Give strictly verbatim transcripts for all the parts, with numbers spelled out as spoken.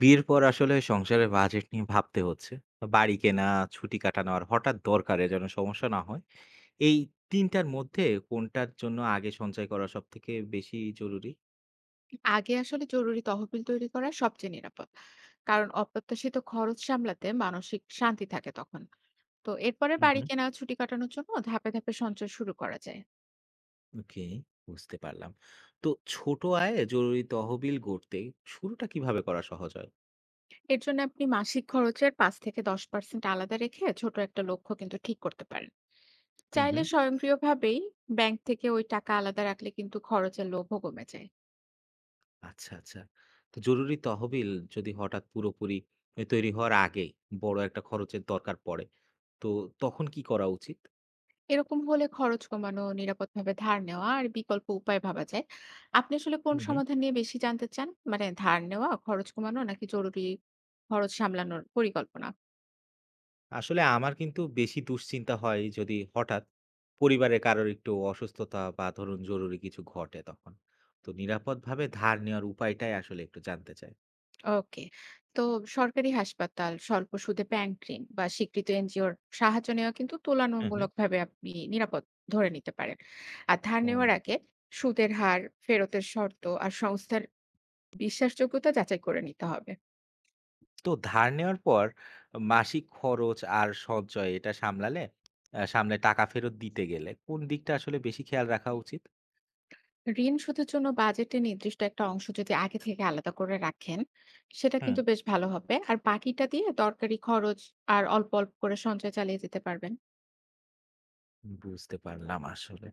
বিয়ের পর আসলে সংসারের বাজেট নিয়ে ভাবতে হচ্ছে। বাড়ি কেনা, ছুটি কাটানো আর হঠাৎ দরকারে যেন সমস্যা না হয়। এই তিন টার মধ্যে কোনটার জন্য আগে সঞ্চয় করা সবথেকে বেশি জরুরি? আগে আসলে জরুরি তহবিল তৈরি করা সবচেয়ে নিরাপদ কারণ অপ্রত্যাশিত খরচ সামলাতে মানসিক শান্তি থাকে তখন। তো এরপরে হু, হু। বাড়ি কেনা ছুটি কাটানোর জন্য ধাপে ধাপে সঞ্চয় শুরু করা যায়। ওকে, বুঝতে পারলাম। তো ছোট আয়ে জরুরি তহবিল গড়তে শুরুটা কিভাবে করা সহজ হয়? এর জন্য আপনি মাসিক খরচের পাঁচ থেকে দশ পার্সেন্ট আলাদা রেখে ছোট একটা লক্ষ্য কিন্তু ঠিক করতে পারেন। হুম, চাইলে হুম। স্বয়ংক্রিয়ভাবেই ব্যাংক থেকে ওই টাকা আলাদা রাখলে কিন্তু খরচের লোভও কমে যায়। আচ্ছা, আচ্ছা। তো জরুরি তহবিল যদি হঠাৎ পুরোপুরি এ তৈরি হওয়ার আগেই বড় একটা খরচের দরকার পড়ে, তো তখন কি করা উচিত? এরকম হলে খরচ কমানো, নিরাপদভাবে ধার নেওয়া আর বিকল্প উপায় ভাবা যায়। আপনি আসলে কোন সমাধান নিয়ে বেশি জানতে চান? মানে ধার নেওয়া, খরচ কমানো নাকি জরুরি খরচ সামলানোর পরিকল্পনা? আসলে আমার কিন্তু বেশি দুশ্চিন্তা হয় যদি হঠাৎ পরিবারের কারোর একটু অসুস্থতা বা ধরুন জরুরি কিছু ঘটে তখন। তো নিরাপদভাবে ধার নেওয়ার উপায়টাই আসলে একটু জানতে চাই। ওকে। তো সরকারি হাসপাতাল, স্বল্প সুদে ব্যাংক ঋণ বা স্বীকৃত এনজিওর সাহায্য নেওয়া কিন্তু হ্যাঁ, হ্যাঁ। তুলনামূলকভাবে আপনি নিরাপদ ধরে নিতে পারেন। আর ধার নেওয়ার ও আগে সুদের হার, ফেরতের শর্ত আর সংস্থার বিশ্বাসযোগ্যতা যাচাই করে নিতে হবে। তো ধার নেওয়ার পর মাসিক খরচ আর সঞ্চয় এটা সামলালে আ সামলে টাকা ফেরত দিতে গেলে কোন দিকটা আসলে বেশি খেয়াল রাখা উচিত? ঋণ শোধের জন্য বাজেটে নির্দিষ্ট একটা অংশ যদি আগে থেকে আলাদা করে রাখেন সেটা হুম। কিন্তু বেশ ভালো হবে, আর বাকিটা দিয়ে দরকারি খরচ আর অল্প অল্প করে সঞ্চয় চালিয়ে যেতে পারবেন। বুঝতে পারলাম আসলে।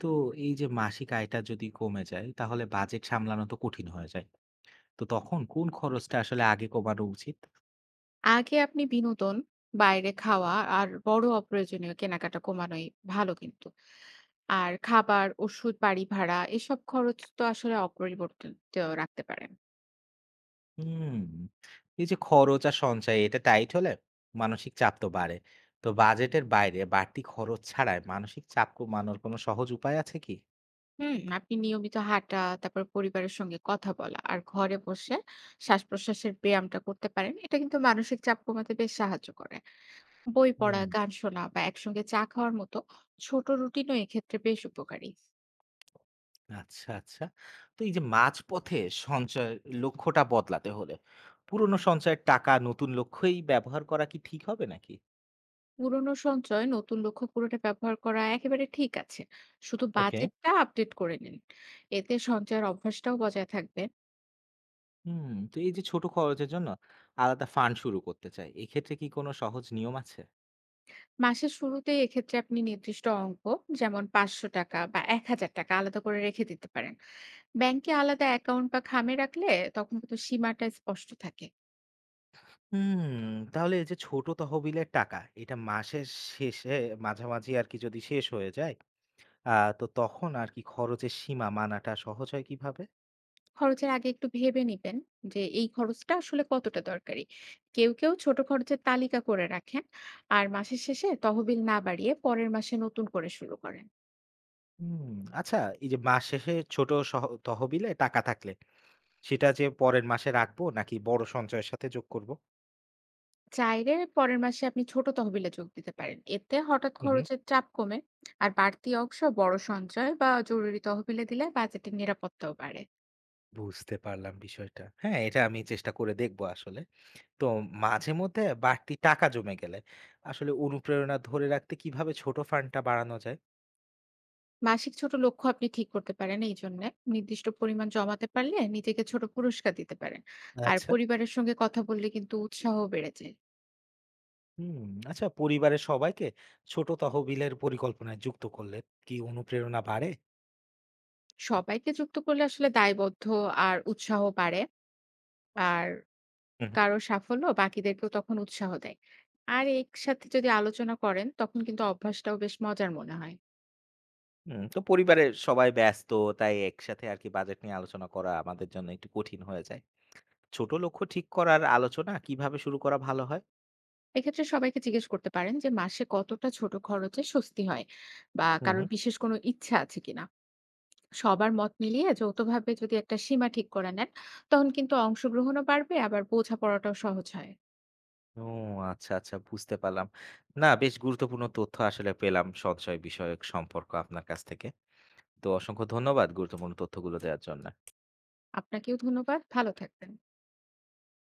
তো এই যে মাসিক আয়টা যদি কমে যায় তাহলে বাজেট সামলানো তো কঠিন হয়ে যায়। তো তখন কোন খরচটা আসলে আগে কমানো উচিত? আগে আপনি বিনোদন, বাইরে খাওয়া আর বড় অপ্রয়োজনীয় কেনাকাটা কমানোই ভালো কিন্তু, আর খাবার, ওষুধ, বাড়ি ভাড়া এসব খরচ তো আসলে অপরিবর্তিত রাখতে পারেন। হুম। এই যে খরচ আর সঞ্চয় এটা টাইট হলে মানসিক চাপ তো বাড়ে। তো বাজেটের বাইরে বাড়তি খরচ ছাড়াই মানসিক চাপ কমানোর কোনো সহজ উপায় আছে কি? হুম, আপনি নিয়মিত হাঁটা, তারপর পরিবারের সঙ্গে কথা বলা আর ঘরে বসে শ্বাস-প্রশ্বাসের ব্যায়ামটা করতে পারেন। এটা কিন্তু মানসিক চাপ কমাতে বেশ সাহায্য করে। বই পড়া, হুম, গান শোনা বা একসঙ্গে চা খাওয়ার মতো ছোট রুটিনও এক্ষেত্রে বেশ উপকারী। আচ্ছা, আচ্ছা। তো এই যে মাঝপথে সঞ্চয়ের লক্ষ্যটা বদলাতে হলে পুরনো সঞ্চয়ের টাকা নতুন লক্ষ্যেই ব্যবহার করা কি ঠিক হবে নাকি? পুরনো সঞ্চয় নতুন লক্ষ্য পূরণে ব্যবহার করা একেবারে ঠিক আছে। শুধু ওকে। বাজেটটা আপডেট করে নিন। এতে সঞ্চয়ের অভ্যাসটাও বজায় থাকবে। হুম, তো এই যে ছোট খরচের জন্য আলাদা ফান্ড শুরু করতে চাই। এক্ষেত্রে কি কোনো সহজ নিয়ম আছে? মাসের শুরুতেই এক্ষেত্রে আপনি নির্দিষ্ট অঙ্ক, যেমন ৳পাঁচশো বা ৳এক হাজার আলাদা করে রেখে দিতে পারেন। ব্যাংকে আলাদা অ্যাকাউন্ট বা খামে রাখলে তখন কিন্তু সীমাটা স্পষ্ট থাকে। হুম, তাহলে এই যে ছোট তহবিলের টাকা, এটা মাসের শেষে মাঝামাঝি আরকি যদি শেষ হয়ে যায়, আ তো তখন আরকি খরচের সীমা মানাটা সহজ হয় কিভাবে? খরচের আগে একটু ভেবে নিবেন যে এই খরচটা আসলে কতটা দরকারি। কেউ কেউ ছোট খরচের তালিকা করে রাখেন আর মাসের শেষে তহবিল না বাড়িয়ে পরের মাসে নতুন করে শুরু করেন। হুম, আচ্ছা, এই যে মাস শেষে ছোট সহ তহবিলে টাকা থাকলে, সেটা যে পরের মাসে রাখবো নাকি বড় সঞ্চয়ের সাথে যোগ করবো? চাইলে পরের মাসে আপনি ছোট তহবিলে যোগ দিতে পারেন, এতে হঠাৎ হু, হুম। খরচের চাপ কমে। আর বাড়তি অংশ বড় সঞ্চয় বা জরুরি তহবিলে দিলে বাজেটের নিরাপত্তাও বাড়ে। বুঝতে পারলাম বিষয়টা। হ্যাঁ, এটা আমি চেষ্টা করে দেখবো আসলে। তো মাঝে মধ্যে বাড়তি টাকা জমে গেলে আসলে অনুপ্রেরণা ধরে রাখতে কিভাবে ছোট ফান্ডটা বাড়ানো যায়? মাসিক ছোট লক্ষ্য আপনি ঠিক করতে পারেন এই জন্য। নির্দিষ্ট পরিমাণ জমাতে পারলে নিজেকে ছোট পুরস্কার দিতে পারেন। আর আচ্ছা। পরিবারের সঙ্গে কথা বললে কিন্তু উৎসাহ বেড়ে যায়। হুম, আচ্ছা, পরিবারের সবাইকে ছোট তহবিলের পরিকল্পনায় যুক্ত করলে কি অনুপ্রেরণা বাড়ে? সবাইকে যুক্ত করলে আসলে দায়বদ্ধ আর উৎসাহ বাড়ে। আর হুম, হুম। কারো সাফল্য বাকিদেরকেও তখন উৎসাহ দেয়। আর একসাথে যদি আলোচনা করেন তখন কিন্তু অভ্যাসটাও বেশ মজার মনে হয়। হুম, তো পরিবারের সবাই ব্যস্ত, তাই একসাথে আর কি বাজেট নিয়ে আলোচনা করা আমাদের জন্য একটু কঠিন হয়ে যায়। ছোট লক্ষ্য ঠিক করার আলোচনা কিভাবে শুরু করা ভালো হয়? এক্ষেত্রে সবাইকে জিজ্ঞেস করতে পারেন যে মাসে কতটা ছোট খরচে স্বস্তি হয় বা হুম, কারোর হুম। বিশেষ কোনো ইচ্ছা আছে কিনা। সবার মত মিলিয়ে যৌথভাবে যদি একটা সীমা ঠিক করে নেন, তখন কিন্তু অংশগ্রহণও বাড়বে আবার বোঝাপড়াটাও সহজ হয়। ও আচ্ছা, আচ্ছা, বুঝতে পারলাম না। বেশ গুরুত্বপূর্ণ তথ্য আসলে পেলাম সঞ্চয় বিষয়ক সম্পর্ক আপনার কাছ থেকে। তো অসংখ্য ধন্যবাদ গুরুত্বপূর্ণ তথ্যগুলো দেওয়ার জন্য। আপনাকেও ধন্যবাদ। ভালো থাকবেন।